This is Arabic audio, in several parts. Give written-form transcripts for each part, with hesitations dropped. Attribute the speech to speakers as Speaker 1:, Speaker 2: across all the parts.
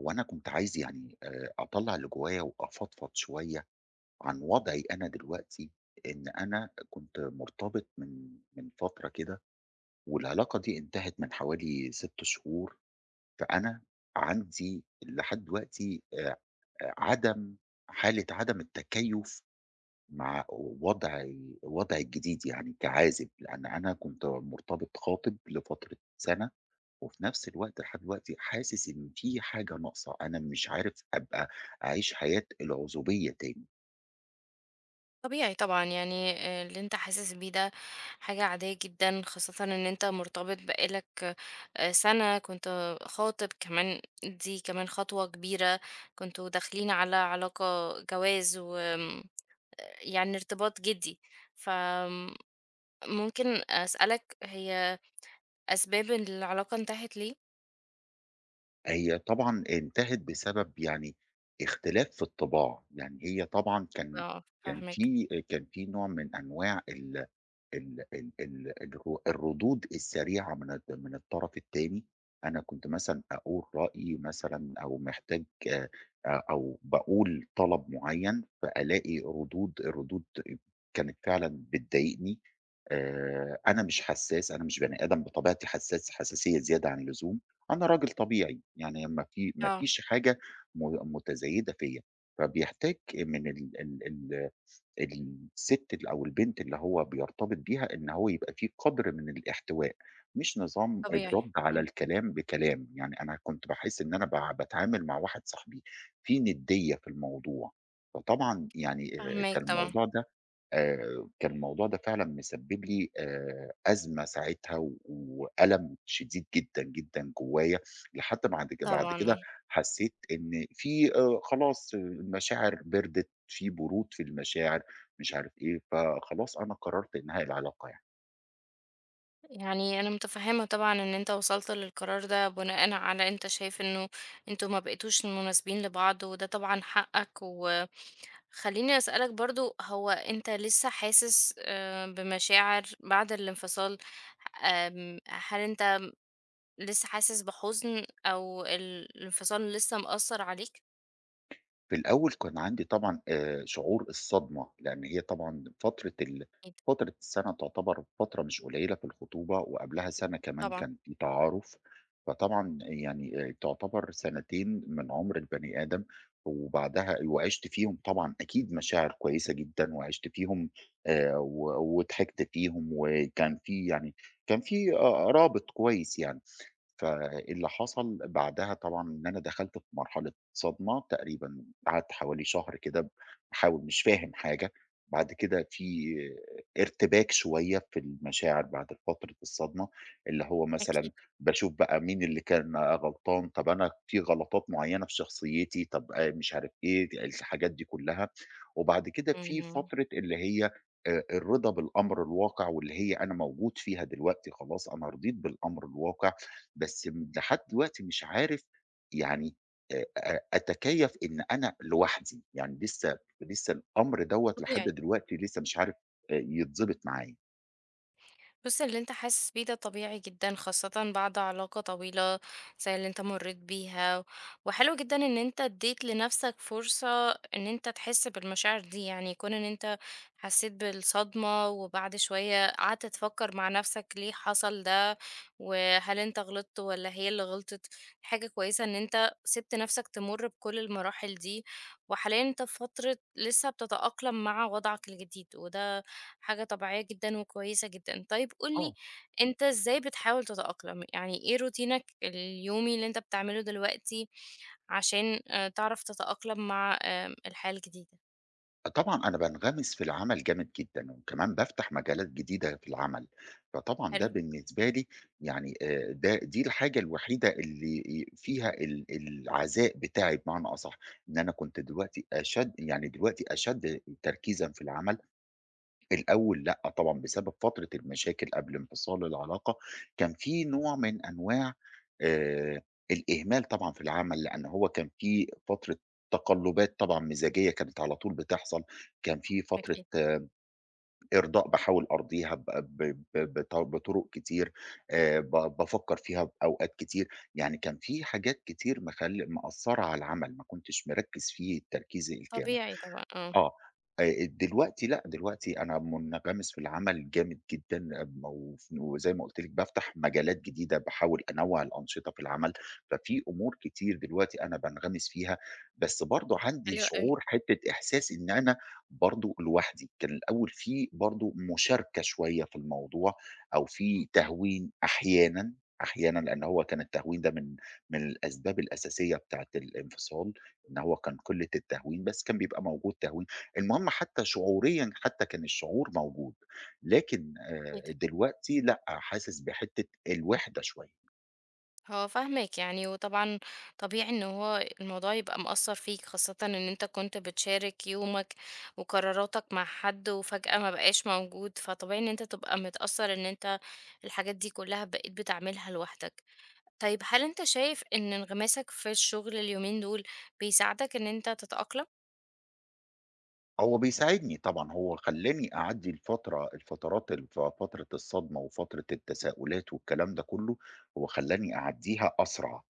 Speaker 1: هو أنا كنت عايز يعني أطلّع اللي جوايا وأفضفض شوية عن وضعي أنا دلوقتي، إن أنا كنت مرتبط من فترة كده، والعلاقة دي انتهت من حوالي 6 شهور، فأنا عندي لحد دلوقتي عدم حالة عدم التكيُّف مع وضعي الجديد يعني كعازب، لأن أنا كنت مرتبط خاطب لفترة سَنة وفي نفس الوقت لحد دلوقتي حاسس إن في حاجة ناقصة، أنا مش عارف أبقى أعيش حياة العزوبية تاني.
Speaker 2: طبيعي طبعًا، يعني اللي أنت حاسس بيه ده حاجة عادية جدًا، خاصةً إن أنت مرتبط بقى لك سَنة، كنت خاطب كمان دي كمان خطوة كبيرة، كنتم داخلين على علاقة جواز وآمم يعني ارتباط جدي. فآمم ممكن أسألك هي أسباب إن العلاقة انتهت ليه؟
Speaker 1: هي طبعًا انتهت بسبب يعني اختلاف في الطباع، يعني هي طبعًا كان
Speaker 2: آه،
Speaker 1: كان
Speaker 2: فاهماك،
Speaker 1: في كان في نوع من أنواع ال ال ال ال الر الردود السريعة من الطرف التاني، أنا كنت مثلًا أقول رأيي مثلًا أو محتاج أو باقول طلب معيّن، فألاقي ردود كانت فعلًا بتضايقني، أنا مش حساس، أنا مش بني آدم بطبيعتي حساس حساسية زيادة عن اللزوم، أنا راجل طبيعي، يعني ما في ما
Speaker 2: آه،
Speaker 1: فيش حاجة م متزايدة فيّا، فبيحتاج من ال ال ال السِت أو البنت اللي هو بيرتبط بيها، إن هو يبقى في قدر من الاحتواء، مش نظام
Speaker 2: طبيعي،
Speaker 1: الرد على
Speaker 2: إمم،
Speaker 1: الكلام بكلام، يعني أنا كنت باحس إن أنا باتعامل مع واحد صاحبي في نِدّية في الموضوع، فطبعًا يعني
Speaker 2: فاهماك
Speaker 1: كان
Speaker 2: طبعًا،
Speaker 1: الموضوع ده آآ كان الموضوع ده فعلًا مسبب لي أزمة ساعتها وألم شديد جدًا، جدًا جوايا، لحد بعد
Speaker 2: طبعًا، آه.
Speaker 1: كده حسيت إن في خلاص المشاعر بردت، في برود في المشاعر. مش عارف إيه، فخلاص أنا قررت إنهاء العلاقة يعني.
Speaker 2: يعني أنا متفهمة طبعًا إن أنت وصلت للقرار ده بناءً على أنت شايف إنه أنتم ما بقيتوش مناسبين لبعض، وده طبعًا حقك. وخليني أسألك برضه، هو أنت لسه حاسس بمشاعر بعد الانفصال؟ هل أنت لسه حاسس بحزن أو الانفصال لسه مأثر عليك؟
Speaker 1: في الأول كان عندي طبعًا شعور الصدمة، لإن هي طبعًا
Speaker 2: أكيد
Speaker 1: فترة السَنة تعتبر فترة مش قليلة في الخطوبة، وقبلها سَنة كمان
Speaker 2: طبعًا،
Speaker 1: كان في تعارُف، فطبعًا يعني تعتبر سَنتين من عُمر البني آدم، وبعدها وعِشت فيهم طبعًا أكيد مشاعر كويسة جدًا، وعِشت فيهم وضحكت فيهم، وكان في يعني كان في رابط كويس يعني. فاللي حصل بعدها طبعًا إن أنا دخلت في مرحلة صدمة، تقريبًا قعدت حوالي شهر كده باحاول مش فاهم حاجة، بعد كده في ارتباك شوية في المشاعر بعد فترة الصدمة، اللي هو مثلًا
Speaker 2: أكيد،
Speaker 1: باشوف بقى مين اللي كان غلطان، طب أنا في غلطات معيّنة في شخصيتي، طب مش عارف إيه، الحاجات دي كلّها، وبعد كده في
Speaker 2: إمم،
Speaker 1: فترة اللي هي الرضا بالأمر الواقع، واللي هي أنا موجود فيها دلوقتي خلاص، أنا رضيت بالأمر الواقع. بس لحد دلوقتي مش عارف يعني أتكيّف إن أنا لوحدي، يعني لسه الأمر دوّة لحد
Speaker 2: طبيعي.
Speaker 1: دلوقتي لسه مش عارف يتضبط معايا.
Speaker 2: بص اللي انت حاسس بيه ده طبيعي جدا خاصة بعد علاقة طويلة زي اللي انت مريت بيها. وحلو جدا ان انت اديت لنفسك فرصة ان انت تحس بالمشاعر دي، يعني يكون ان انت حسيت بالصدمة وبعد شوية قعدت تفكر مع نفسك ليه حصل ده وهل انت غلطت ولا هي اللي غلطت. حاجة كويسة ان انت سبت نفسك تمر بكل المراحل دي، وحاليا انت في فترة لسه بتتأقلم مع وضعك الجديد وده حاجة طبيعية جدًا وكويسة جدًا. طيب قُل لي
Speaker 1: آه.
Speaker 2: أنت إزاي بتحاول تتأقلم؟ يعني إيه روتينك اليومي اللي أنت بتعمله دلوقتي عشان تعرف تتأقلم مع الحياة الجديدة؟
Speaker 1: طبعًا أنا بانغمس في العمل جامد جدًا، وكمان بافتح مجالات جديدة في العمل، فطبعًا ده
Speaker 2: حلو،
Speaker 1: بالنسبة لي يعني دي الحاجة الوحيدة اللي فيها العزاء بتاعي بمعنى أصح، إن أنا كنت دلوقتي أشَد تركيزًا في العمل الأول لأ طبعًا، بسبب فترة المشاكل قبل انفصال العلاقة، كان في نوع من أنواع آآ الإهمال طبعًا في العمل، لأن هو كان في فترة تقلُّبات طبعًا مزاجية كانت على طول بتحصل، كان في فترة
Speaker 2: أكيد.
Speaker 1: إرضاء باحاول أرضيها ب ب ب بط بطُرق كتير، آآ ب بافكّر فيها بأوقات كتير، يعني كان في حاجات كتير مأثّرة على العمل، ما كنتش مركّز فيه التركيز الكامل.
Speaker 2: طبيعي طبعًا، آه.
Speaker 1: آه، دلوقتي لأ، دلوقتي أنا مُنغمِس في العمل جامد جدًا، آه، وزي ما قُلت لِك بافتح مجالات جديدة، باحاول أنوّع الأنشطة في العمل، ففي أمور كتير دلوقتي أنا بانغمس فيها، بس برضه عندي
Speaker 2: حلو أوي.
Speaker 1: شعور حتّة إحساس إن أنا برضه لوحدي، كان الأول في برضه مشاركة شوية في الموضوع، أو
Speaker 2: إمم،
Speaker 1: في تهوين أحيانًا، لأن هو كان التهوين ده من الأسباب الأساسية بتاعة الانفصال، إن هو كان قلة التهوين، بس كان بيبقى موجود تهوين المهم حتى شعوريًا حتى كان الشعور موجود، لكن
Speaker 2: أكيد.
Speaker 1: دلوقتي لأ، حاسس بحتّة الوِحدة شوية.
Speaker 2: هو فاهمك يعني وطبعا طبيعي ان هو الموضوع يبقى مأثر فيك خاصة ان انت كنت بتشارك يومك وقراراتك مع حد وفجأة ما بقاش موجود، فطبيعي ان انت تبقى متأثر ان انت الحاجات دي كلها بقيت بتعملها لوحدك. طيب هل انت شايف ان انغماسك في الشغل اليومين دول بيساعدك ان انت تتأقلم؟
Speaker 1: هو بيساعدني طبعًا، هو خلّاني أعدّي الفترة الفترات الف فترة الصدمة وفترة التساؤلات والكلام ده كُلّه، هو خلّاني أعدّيها أسرع.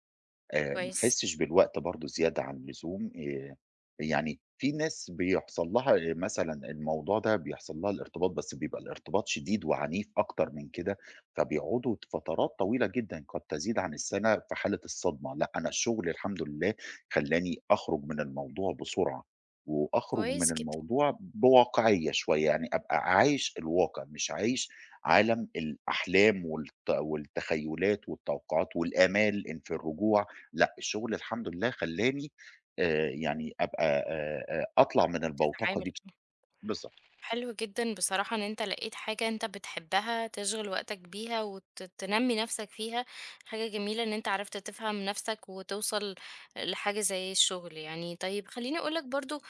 Speaker 1: ما
Speaker 2: كويس،
Speaker 1: احسّش بالوقت برضه زيادة عن اللزوم، يعني في ناس بيحصل لها مثلًا الموضوع ده بيحصل لها الارتباط، بس بيبقى الارتباط شديد وعنيف أكتر من كده، فبيقعدوا فترات طويلة جدًا قد تزيد عن السنة في حالة الصدمة، لأ أنا الشغل الحمد لله خلّاني أخرج من الموضوع بسرعة، وأخرج من
Speaker 2: كويس جدا،
Speaker 1: الموضوع بواقعية شوية، يعني أبقى عايش الواقع، مش عايش عالم الأحلام والتخيلات والتوقعات والآمال إن في الرجوع لأ، الشغل الحمد لله خلّاني يعني أبقى أطلع من البوتقة
Speaker 2: تتعامل.
Speaker 1: دي بس بالضبط،
Speaker 2: حلو جدًا بصراحة إن أنت لقيت حاجة أنت بتحبها تشغِل وقتك بيها وت تنمّي نَفْسك فيها، حاجة جميلة إن أنت عرفت تفهم نَفْسك وتوصل لحاجة زي الشغل يعني. طيب خلّيني أقول لك برضه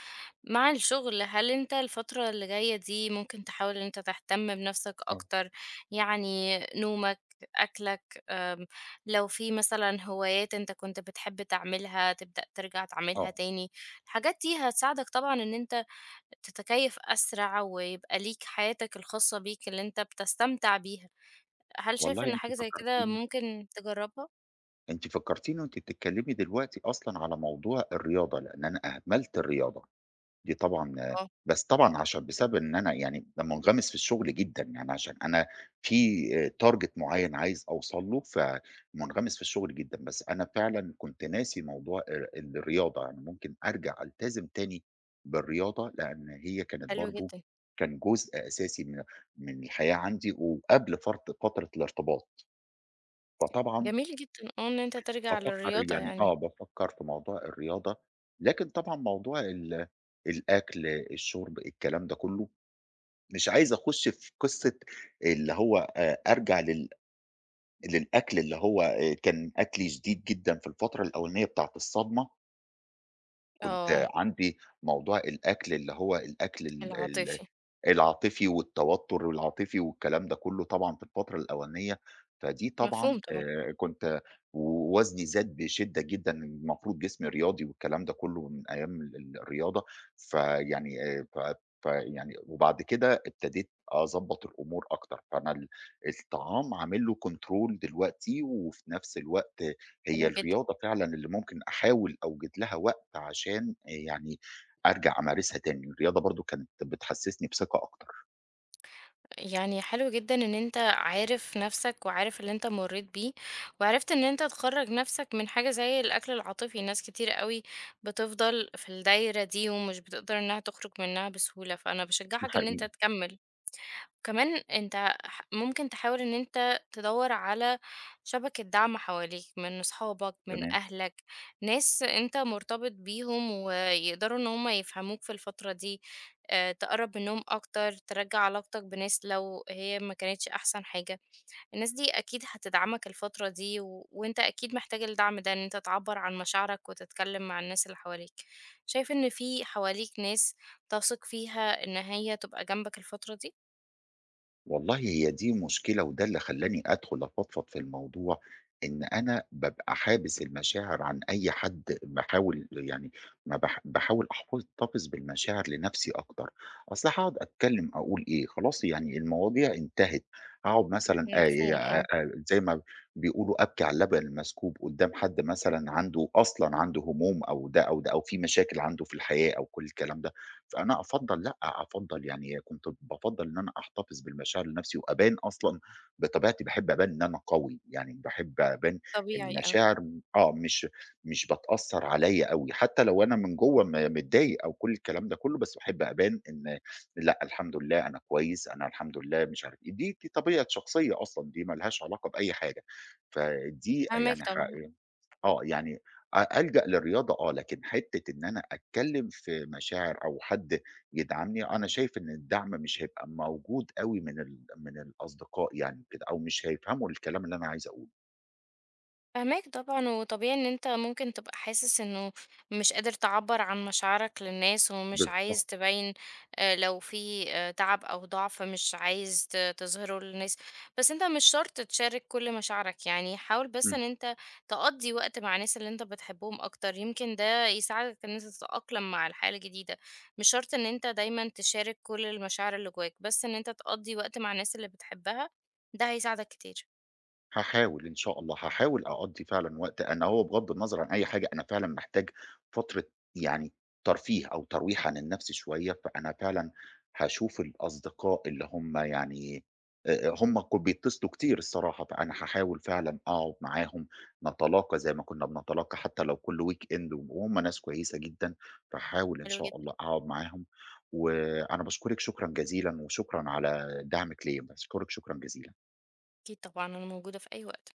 Speaker 2: مع الشغل، هل أنت الفترة اللي جاية دي ممكن تحاول إن أنت تهتم بنَفْسك
Speaker 1: آه،
Speaker 2: أكتر، يعني نومك، أكلك، لو في مثلًا هوايات أنت كنت بتحب تعملها تبدأ ترجع تعملها
Speaker 1: آه.
Speaker 2: تاني، الحاجات دي هتساعدك طبعًا إن أنت تتكيف أسرع ويبقى ليك حياتك الخاصة بيك اللي أنت بتستمتع بيها. هل شايف
Speaker 1: والله
Speaker 2: إن
Speaker 1: أنتِ
Speaker 2: حاجة زي كده
Speaker 1: فكّرتيني
Speaker 2: ممكن تجربها؟
Speaker 1: أنتِ فكّرتيني وأنتِ بتتكلّمي دلوقتي أصلًا على موضوع الرياضة، لإن أنا أهملت الرياضة. دي طبعًا آه،
Speaker 2: آه،
Speaker 1: بس طبعًا عشان بسبب إن أنا يعني مُنغمِس في الشغل جدًا، يعني عشان أنا في target معيّن عايز أوصل له، فمُنغمِس في الشغل جدًا، بس أنا فعلًا كنت ناسي موضوع الرياضة، يعني ممكن أرجع ألتزم تاني بالرياضة، لإن هي
Speaker 2: حلو جدًا،
Speaker 1: كان جزء أساسي من الحياة عندي وقبل فترة الارتباط، فطبعًا
Speaker 2: جميل جدًا آه، إن أنت ترجع
Speaker 1: بافكّر
Speaker 2: للرياضة
Speaker 1: يعني آه،
Speaker 2: يعني.
Speaker 1: بافكّر في موضوع الرياضة، لكن طبعًا موضوع الأكل، الشُرب، الكلام ده كُلّه، مش عايز أخُش في قصة اللي هو أرجع للأكل اللي هو كان أكلي شديد جدًا في الفترة الأولانية بتاعة الصدمة. كنت
Speaker 2: آه،
Speaker 1: عندي موضوع الأكل اللي هو الأكل ال ال
Speaker 2: العاطفي،
Speaker 1: العاطفي والتوتّر العاطفي والكلام ده كُلّه طبعًا في الفترة الأولانية، فدي
Speaker 2: مفهوم
Speaker 1: طبعًا
Speaker 2: طبعًا،
Speaker 1: ووزني زاد بشِدّة جدًا، المفروض جسمي رياضي والكلام ده كُلّه من أيام ال ال الرياضة، فيعني ف فيعني وبعد كده ابتديت أضبّط الأمور أكتر، فأنا الطعام عامل له control دلوقتي وفي نفس الوقت هي
Speaker 2: حلو جدًا.
Speaker 1: الرياضة فعلًا اللي ممكن أحاول أوجد لها وقت عشان يعني أرجع أمارسها تاني، الرياضة برضه كانت بتحسسني بثقة أكتر.
Speaker 2: يعني حلو جدًا إن أنت عارف نفسك وعارف اللي أنت مرّيت بيه، وعرفت إن أنت تخرّج نفسك من حاجة زي الأكل العاطفي، ناس كتير أوي بتفضل في الدايرة دي ومش بتقدر إنها تخرج منها بسهولة، فأنا
Speaker 1: ده
Speaker 2: باشجعك إن
Speaker 1: حقيقي،
Speaker 2: أنت تكمّل. كمان أنت ممكن تحاول إن أنت تدوّر على شبكة دعم حواليك، من أصحابك، من
Speaker 1: تمام.
Speaker 2: أهلك، ناس أنت مرتبط بيهم ويقدروا إن هم يفهموك في الفترة دي، تقرّب منهم أكتر، ترجّع علاقتك بناس لو هي ما كانتش أحسن حاجة، الناس دي أكيد هتدعمك الفترة دي و وأنت أكيد محتاج الدعم ده، إن أنت تعبّر عن مشاعرك وتتكلم مع الناس اللي حواليك. شايف إن في حواليك ناس تثق فيها إن هي تبقى جنبك الفترة دي؟
Speaker 1: والله هي دي مشكلة وده اللي خلّاني أدخل أفضفض في الموضوع، إن أنا بابقى حابس المشاعر عن أي حد باحاول يعني ما باح باحاول أحتفظ بالمشاعر لنفسي أكتر، أصل هاقعد أتكلّم أقول إيه، خلاص يعني المواضيع انتهت، هاقعد مثلًا
Speaker 2: مفهوم آه،
Speaker 1: زي ما بيقولوا أبكي على اللبن المسكوب قدّام حد مثلًا عنده أصلًا عنده هموم أو ده أو ده أو في مشاكل عنده في الحياة أو كل الكلام ده. فأنا أفضّل لأ، أفضّل يعني كنت بافضّل إن أنا أحتفظ بالمشاعر لنفسي وأبان أصلًا بطبيعتي باحب أبان إن أنا قوي، يعني باحب أبان إن
Speaker 2: طبيعي آه،
Speaker 1: المشاعر آه، مش بتأثّر عليّا أوي، حتى لو أنا من جوّه متضايق أو كل الكلام ده كلّه، بس باحب أبان إن لأ، الحمد لله أنا كويس، أنا الحمد لله مش عارف إيه، دي طبيعة شخصية أصلًا، دي ما لهاش علاقة بأي حاجة، فدي
Speaker 2: فاهماك
Speaker 1: يعني ح
Speaker 2: طبعًا.
Speaker 1: آه، يعني ألجأ للرياضة آه، لكن حتّة إن أنا أتكلّم في مشاعر أو حد يدعمني، أنا شايف إن الدعم مش هيبقى موجود أوي من الأصدقاء يعني كده، أو مش هيفهموا الكلام اللي أنا عايز أقوله.
Speaker 2: فهماك طبعًا، وطبيعي إن أنت ممكن تبقى حاسس إنه مش قادر تعبّر عن مشاعرك للناس، ومش عايز
Speaker 1: بالضبط.
Speaker 2: تبيّن لو في تعب أو ضعف مش عايز تظهره للناس، بس أنت مش شرط تشارك كل مشاعرك، يعني حاول بس
Speaker 1: إمم.
Speaker 2: إن أنت تقضّي وقت مع الناس اللي أنت بتحبهم أكتر، يمكن ده يساعدك إن أنت تتأقلم مع الحياة الجديدة، مش شرط إن أنت دايمًا تشارك كل المشاعر اللي جواك، بس إن أنت تقضّي وقت مع الناس اللي بتحبها، ده هيساعدك كتير.
Speaker 1: هاحاول إن شاء الله، هاحاول أقضّي فعلًا وقت أنا هو بغض النظر عن أي حاجة، أنا فعلًا محتاج فترة يعني ترفيه أو ترويح عن النَفْس شوية، فأنا فعلًا هاشوف الأصدقاء اللي هم بيتصلوا كتير الصراحة، فأنا هاحاول فعلًا أقعد معاهم، نتلاقى زي ما كُنّا بنتلاقى حتى لو كل weekend وهم ناس كويسة جدًا، فهاحاول إن
Speaker 2: حلو
Speaker 1: شاء
Speaker 2: جدًا،
Speaker 1: الله أقعد معاهم، وأنا باشكرِك شكرًا جزيلًا وشكرًا على دعمِك ليّا، باشكرِك شكرًا جزيلًا.
Speaker 2: أكيد طبعًا، أنا موجودة في أي وقت.